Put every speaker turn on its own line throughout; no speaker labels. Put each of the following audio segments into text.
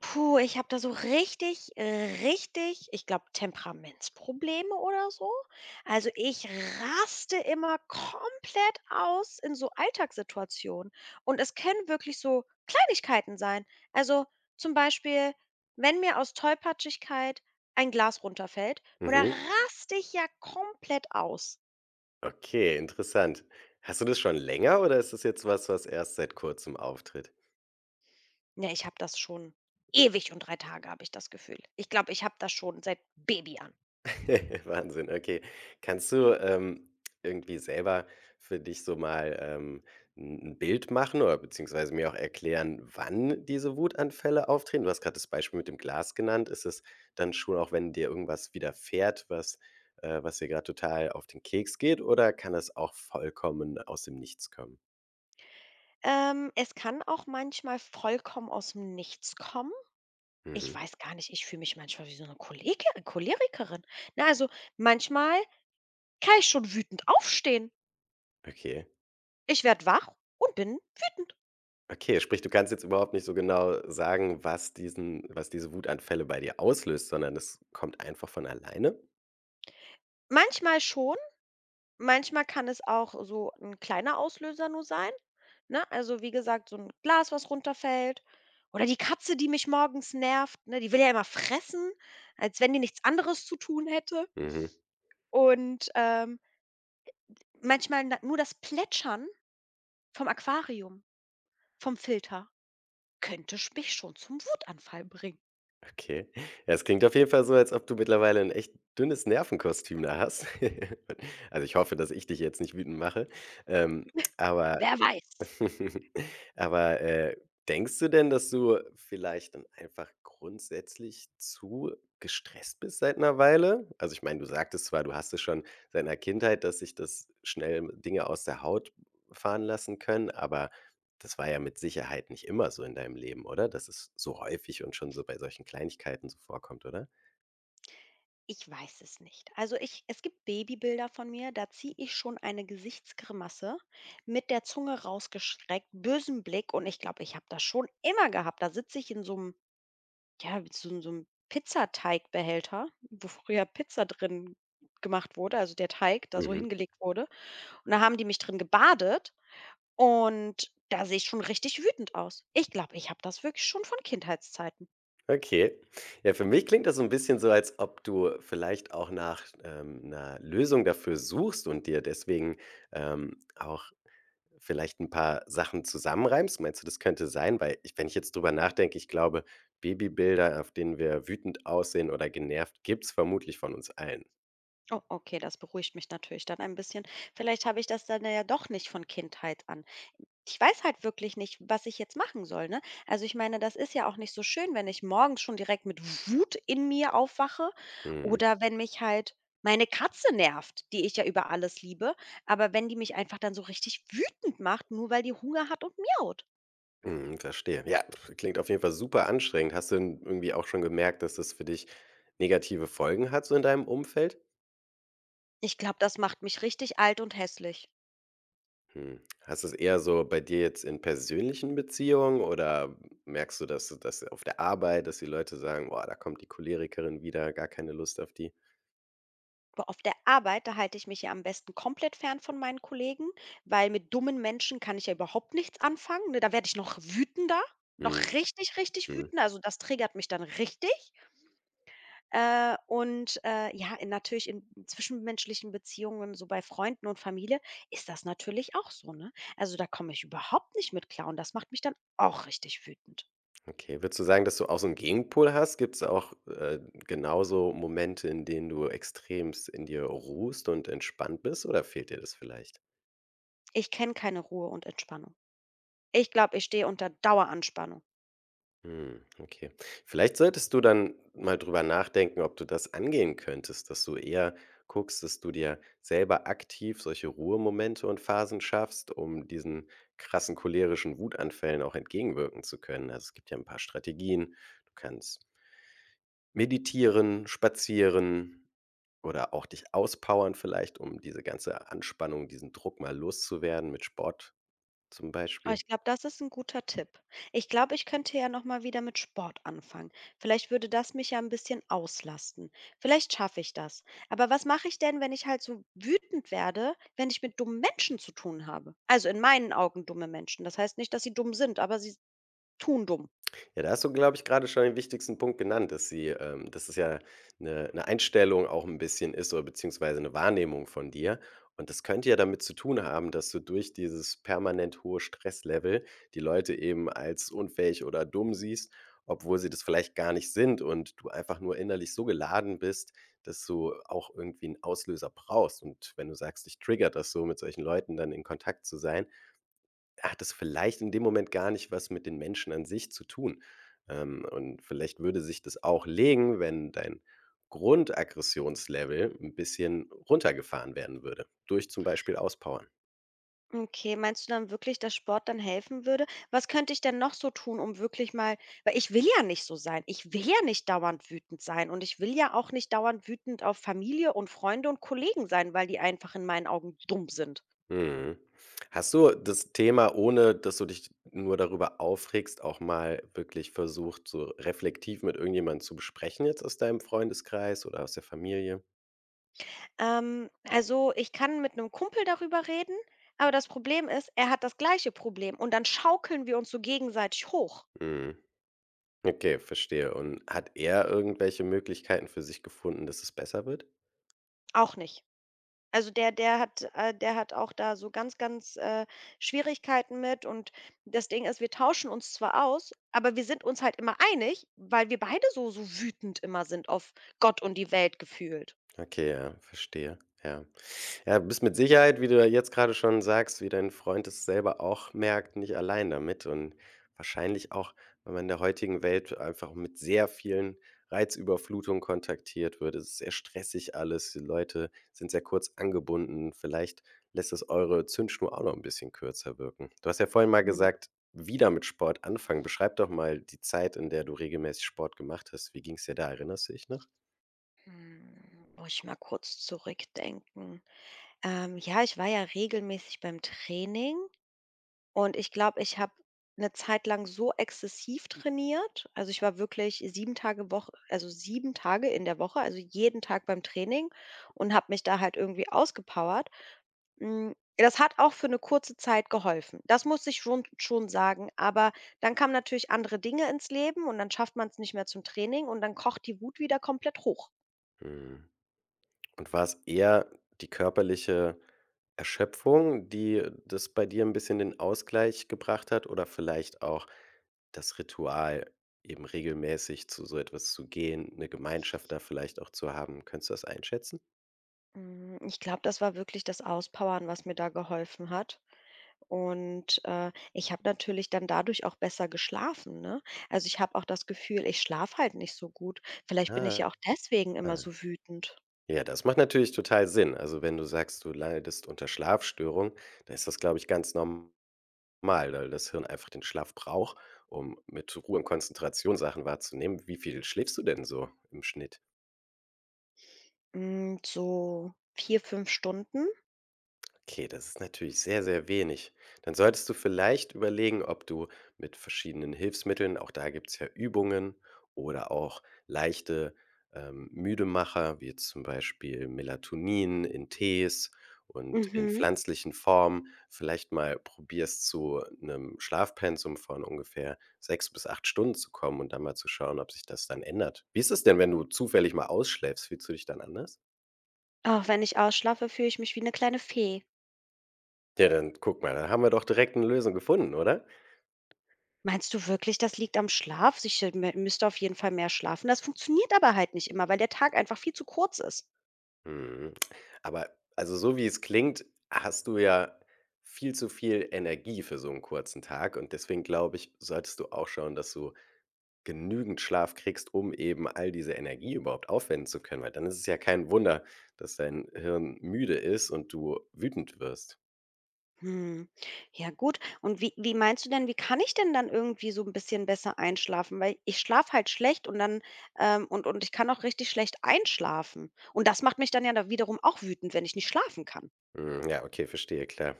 Puh, ich habe da so richtig, richtig, ich glaube, Temperamentsprobleme oder so. Also ich raste immer komplett aus in so Alltagssituationen. Und es können wirklich so Kleinigkeiten sein. Also zum Beispiel, wenn mir aus Tollpatschigkeit ein Glas runterfällt, oder
Mhm.
raste ich ja komplett aus.
Okay, interessant. Hast du das schon länger oder ist das jetzt was, was erst seit Kurzem auftritt?
Ja, ich habe das schon ewig und drei Tage, habe ich das Gefühl. Ich glaube, ich habe das schon seit Baby an.
Wahnsinn, okay. Kannst du, irgendwie selber für dich so mal, 'n Bild machen oder beziehungsweise mir auch erklären, wann diese Wutanfälle auftreten? Du hast gerade das Beispiel mit dem Glas genannt. Ist es dann schon auch, wenn dir irgendwas widerfährt, was was dir gerade total auf den Keks geht, oder kann es auch vollkommen aus dem Nichts kommen?
Es kann auch manchmal vollkommen aus dem Nichts kommen. Ich
Mhm,
weiß gar nicht, ich fühle mich manchmal wie so eine Kolege Cholerikerin. Ne, also, manchmal kann ich schon wütend aufstehen.
okay.
Ich werde wach und bin wütend.
Okay, sprich, du kannst jetzt überhaupt nicht so genau sagen, was diese Wutanfälle bei dir auslöst, sondern es kommt einfach von alleine?
Manchmal schon, manchmal kann es auch so ein kleiner Auslöser nur sein, ne? Also, wie gesagt, so ein Glas, was runterfällt oder die Katze, die mich morgens nervt, ne? Die will ja immer fressen, als wenn die nichts anderes zu tun hätte.
Mhm,
Und, manchmal na nur das Plätschern vom Aquarium, vom Filter könnte sch mich schon zum Wutanfall bringen.
okay. Ja, es klingt auf jeden Fall so, als ob du mittlerweile ein echt dünnes Nervenkostüm da hast. Also, ich hoffe, dass ich dich jetzt nicht wütend mache. Ähm, aber
Wer weiß?
Aber, denkst du denn, dass du vielleicht dann einfach grundsätzlich zu gestresst bist seit einer Weile? Also, ich meine, du sagtest zwar, du hast es schon seit 'ner Kindheit, dass sich das schnell Dinge aus der Haut fahren lassen können, aber das war ja mit Sicherheit nicht immer so in deinem Leben, oder? Dass es so häufig und schon so bei solchen Kleinigkeiten so vorkommt, oder?
Ich weiß es nicht. Also, ich es gibt Babybilder von mir, da ziehe ich schon eine Gesichtsgrimasse mit der Zunge rausgestreckt, bösen Blick und ich glaube, ich habe das schon immer gehabt. Da sitze ich in so einem, ja, so 'n Pizzateigbehälter, wo früher Pizza drin gemacht wurde, also der Teig da so
Mhm.
hingelegt wurde. Und da haben die mich drin gebadet. Und da sehe ich schon richtig wütend aus. Ich glaube, ich habe das wirklich schon von Kindheitszeiten.
Okay. Ja, für mich klingt das so ein bisschen so, als ob du vielleicht auch nach, 'ner Lösung dafür suchst und dir deswegen, auch vielleicht ein paar Sachen zusammenreimst. Meinst du, das könnte sein? Weil ich wenn ich jetzt drüber nachdenke, ich glaube, Babybilder, auf denen wir wütend aussehen oder genervt, gibt's vermutlich von uns allen.
Oh, okay, das beruhigt mich natürlich dann ein bisschen. Vielleicht habe ich das dann ja doch nicht von Kindheit an. Ich weiß halt wirklich nicht, was ich jetzt machen soll, ne? Also ich meine, das ist ja auch nicht so schön, wenn ich morgens schon direkt mit Wut in mir aufwache
Mhm.
oder wenn mich halt meine Katze nervt, die ich ja über alles liebe, aber wenn die mich einfach dann so richtig wütend macht, nur weil die Hunger hat und miaut.
Mhm, verstehe. Ja, pf, klingt auf jeden Fall super anstrengend. Hast du denn irgendwie auch schon gemerkt, dass das für dich negative Folgen hat so in deinem Umfeld?
Ich glaube, das macht mich richtig alt und hässlich.
Hm. Hast du es eher so bei dir jetzt in persönlichen Beziehungen oder merkst du, dass du das auf der Arbeit, dass die Leute sagen: „Boah, da kommt die Cholerikerin wieder, gar keine Lust auf die?“
Boah, auf der Arbeit, da halte ich mich ja am besten komplett fern von meinen Kollegen, weil mit dummen Menschen kann ich ja überhaupt nichts anfangen, ne? Da werde ich noch wütender, noch
Mhm,
richtig, richtig
mhm.
wütend. Also, das triggert mich dann richtig. Und, ja, in natürlich in zwischenmenschlichen Beziehungen, so bei Freunden und Familie, ist das natürlich auch so, ne? Also, da komme ich überhaupt nicht mit klar und das macht mich dann auch richtig wütend.
Okay. Würdest du sagen, dass du auch so einen Gegenpol hast? Gibt es auch, genauso Momente, in denen du extremst in dir ruhst und entspannt bist oder fehlt dir das vielleicht?
Ich kenne keine Ruhe und Entspannung. Ich glaube, ich stehe unter Daueranspannung.
Hm, okay. Vielleicht solltest du dann mal drüber nachdenken, ob du das angehen könntest, dass du eher guckst, dass du dir selber aktiv solche Ruhemomente und Phasen schaffst, um diesen krassen cholerischen Wutanfällen auch entgegenwirken zu können. Also es gibt ja ein paar Strategien. Du kannst meditieren, spazieren oder auch dich auspowern vielleicht, um diese ganze Anspannung, diesen Druck mal loszuwerden mit Sport zum
Oh,
Beispiel.
ich glaube, das ist 'n guter Tipp. Ich glaube, ich könnte ja noch mal wieder mit Sport anfangen. Vielleicht würde das mich ja 'n bisschen auslasten. Vielleicht schaffe ich das. Aber was mache ich denn, wenn ich halt so wütend werde, wenn ich mit dummen Menschen zu tun habe? Also, in meinen Augen dumme Menschen. Das heißt nicht, dass sie dumm sind, aber sie tun dumm.
Ja, da hast du, glaube ich, gerade schon den wichtigsten Punkt genannt, dass sie, dass es ja eine 'ne Einstellung auch ein bisschen ist oder beziehungsweise eine Wahrnehmung von dir. Und das könnte ja damit zu tun haben, dass du durch dieses permanent hohe Stresslevel die Leute eben als unfähig oder dumm siehst, obwohl sie das vielleicht gar nicht sind und du einfach nur innerlich so geladen bist, dass du auch irgendwie einen Auslöser brauchst. Und wenn du sagst, dich triggert das so, mit solchen Leuten dann in Kontakt zu sein, hat es vielleicht in dem Moment gar nicht was mit den Menschen an sich zu tun. Und vielleicht würde sich das auch legen, wenn dein Grundaggressionslevel ein bisschen runtergefahren werden würde, durch zum Beispiel Auspowern.
Okay, meinst du dann wirklich, dass Sport dann helfen würde? Was könnte ich denn noch so tun, um wirklich mal, weil ich will ja nicht so sein. Ich will ja nicht dauernd wütend sein und ich will ja auch nicht dauernd wütend auf Familie und Freunde und Kollegen sein, weil die einfach in meinen Augen dumm sind.
Mhm. Hast du das Thema, ohne dass du dich nur darüber aufregst, auch mal wirklich versucht, so reflektiv mit irgendjemandem zu besprechen jetzt aus deinem Freundeskreis oder aus der Familie?
Also, ich kann mit einem Kumpel darüber reden, aber das Problem ist, er hat das gleiche Problem und dann schaukeln wir uns so gegenseitig hoch.
Mhm. Okay, verstehe. Und hat er irgendwelche Möglichkeiten für sich gefunden, dass es besser wird?
Auch nicht. Also, der hat der hat auch da so ganz, ganz, Schwierigkeiten mit und das Ding ist, wir tauschen uns zwar aus, aber wir sind uns halt immer einig, weil wir beide so wütend immer sind auf Gott und die Welt gefühlt.
Okay, ja, verstehe. Ja. Ja, bist mit Sicherheit, wie du ja jetzt gerade schon sagst, wie dein Freund es selber auch merkt, nicht allein damit und wahrscheinlich auch, wenn man in der heutigen Welt einfach mit sehr vielen Reizüberflutungen kontaktiert wird. Es ist sehr stressig alles, die Leute sind sehr kurz angebunden. Vielleicht lässt es eure Zündschnur auch noch ein bisschen kürzer wirken. Du hast ja vorhin mal
Mhm.
gesagt, wieder mit Sport anfangen. Beschreib doch mal die Zeit, in der du regelmäßig Sport gemacht hast. Wie ging es dir da? Erinnerst du dich noch?
Hm, muss ich mal kurz zurückdenken. Ja, ich war ja regelmäßig beim Training. Und ich glaube, ich habe eine Zeit lang so exzessiv trainiert. Also, ich war wirklich 7-Tage-Woche, also 7 Tage in der Woche, also jeden Tag beim Training und habe mich da halt irgendwie ausgepowert. Hm, das hat auch für eine kurze Zeit geholfen. Das muss ich schon sagen, aber dann kamen natürlich andere Dinge ins Leben und dann schafft man es nicht mehr zum Training und dann kocht die Wut wieder komplett hoch.
Mhm. Und war es eher die körperliche Erschöpfung, die das bei dir 'n bisschen den Ausgleich gebracht hat oder vielleicht auch das Ritual, eben regelmäßig zu so etwas zu gehen, 'ne Gemeinschaft da vielleicht auch zu haben? Könntest du das einschätzen?
Hm, ich glaube, das war wirklich das Auspowern, was mir da geholfen hat. Und, ich habe natürlich dann dadurch auch besser geschlafen, ne? Also, ich habe auch das Gefühl, ich schlafe halt nicht so gut. Vielleicht bin ich ja
Ah.
auch deswegen immer so wütend.
Ja, das macht natürlich total Sinn. Also, wenn du sagst, du leidest unter Schlafstörung, dann ist das, glaube ich, ganz normal, weil das Hirn einfach den Schlaf braucht, um mit Ruhe und Konzentration Sachen wahrzunehmen. Wie viel schläfst du denn so im Schnitt?
Hm, so 4-5 Stunden.
Okay, das ist natürlich sehr, sehr wenig. Dann solltest du vielleicht überlegen, ob du mit verschiedenen Hilfsmitteln, auch da gibt es ja Übungen oder auch leichte Müdemacher, wie jetzt zum Beispiel Melatonin in Tees und in
Mhm.
pflanzlichen Formen, vielleicht mal probierst, zu einem Schlafpensum von ungefähr sechs bis acht Stunden zu kommen und dann mal zu schauen, ob sich das dann ändert. Wie ist es denn, wenn du zufällig mal ausschläfst? Fühlst du dich dann anders?
Auch wenn ich ausschlafe, fühle ich mich wie eine kleine Fee.
Ja, dann guck mal, da haben wir doch direkt eine Lösung gefunden, oder?
Meinst du wirklich, das liegt am Schlaf? Ich, mü müsste auf jeden Fall mehr schlafen. Das funktioniert aber halt nicht immer, weil der Tag einfach viel zu kurz ist.
Mhm. Aber also so wie es klingt, hast du ja viel zu viel Energie für so einen kurzen Tag und deswegen glaube ich, solltest du auch schauen, dass du genügend Schlaf kriegst, um eben all diese Energie überhaupt aufwenden zu können, weil dann ist es ja kein Wunder, dass dein Hirn müde ist und du wütend wirst.
Hm. Ja gut. Und wie meinst du denn, wie kann ich denn dann irgendwie so ein bisschen besser einschlafen? Weil ich schlafe halt schlecht und dann, und ich kann auch richtig schlecht einschlafen. Und das macht mich dann ja da wiederum auch wütend, wenn ich nicht schlafen kann.
Mhm, ja, okay, verstehe, klar.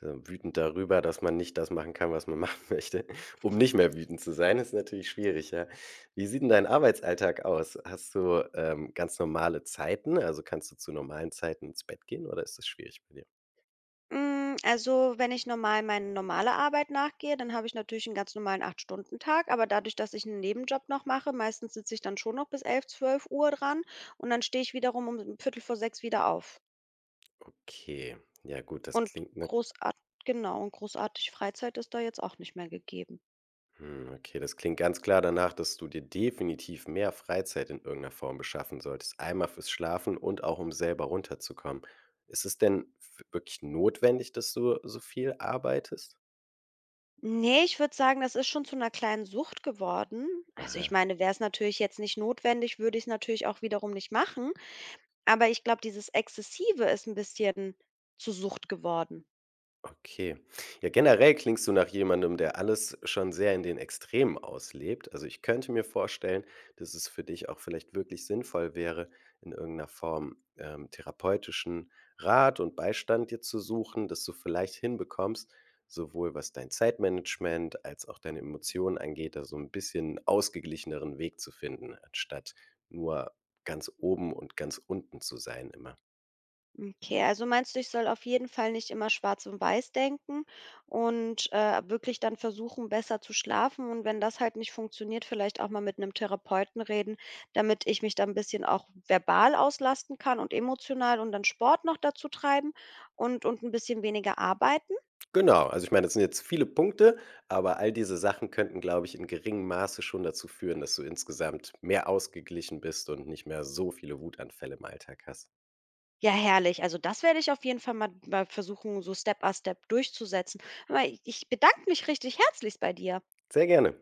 So wütend darüber, dass man nicht das machen kann, was man machen möchte, um nicht mehr wütend zu sein, ist natürlich schwierig, ja. Wie sieht denn dein Arbeitsalltag aus? Hast du, ganz normale Zeiten? Also, kannst du zu normalen Zeiten ins Bett gehen oder ist das schwierig bei dir?
Hm, also, wenn ich normal meine normale Arbeit nachgehe, dann habe ich natürlich einen ganz normalen 8-Stunden-Tag, aber dadurch, dass ich einen Nebenjob noch mache, meistens sitze ich dann schon noch bis 11-12 Uhr dran und dann stehe ich wiederum um Viertel vor sechs wieder auf.
Okay, ja gut, das
Und
klingt.
großart genau, und großartig Freizeit ist da jetzt auch nicht mehr gegeben.
Hm, okay, das klingt ganz klar danach, dass du dir definitiv mehr Freizeit in irgendeiner Form beschaffen solltest. Einmal fürs Schlafen und auch um selber runterzukommen. Ist es denn f wirklich notwendig, dass du so viel arbeitest?
Ne, ich würde sagen, das ist schon zu 'ner kleinen Sucht geworden. Also, ich
Aha.
meine, wär's natürlich jetzt nicht notwendig, würde ich's natürlich auch wiederum nicht machen, aber ich glaube, dieses Exzessive ist 'n bisschen zur Sucht geworden.
Okay. Ja, generell klingst du nach jemandem, der alles schon sehr in den Extremen auslebt. Also ich könnte mir vorstellen, dass es für dich auch vielleicht wirklich sinnvoll wäre, in irgendeiner Form therapeutischen Rat und Beistand dir zu suchen, dass du vielleicht hinbekommst, sowohl was dein Zeitmanagement als auch deine Emotionen angeht, da so ein bisschen ausgeglicheneren Weg zu finden, anstatt nur ganz oben und ganz unten zu sein immer.
Okay, also meinst du, ich soll auf jeden Fall nicht immer schwarz und weiß denken und, wirklich dann versuchen, besser zu schlafen, und wenn das halt nicht funktioniert, vielleicht auch mal mit einem Therapeuten reden, damit ich mich dann ein bisschen auch verbal auslasten kann und emotional, und dann Sport noch dazu treiben und ein bisschen weniger arbeiten?
Genau, also ich meine, das sind jetzt viele Punkte, aber all diese Sachen könnten, glaube ich, in geringem Maße schon dazu führen, dass du insgesamt mehr ausgeglichen bist und nicht mehr so viele Wutanfälle im Alltag hast.
Ja, herrlich. Also, das werde ich auf jeden Fall mal versuchen, so Step by Step durchzusetzen. Hör mal, ich bedanke mich richtig herzlich bei dir.
Sehr gerne.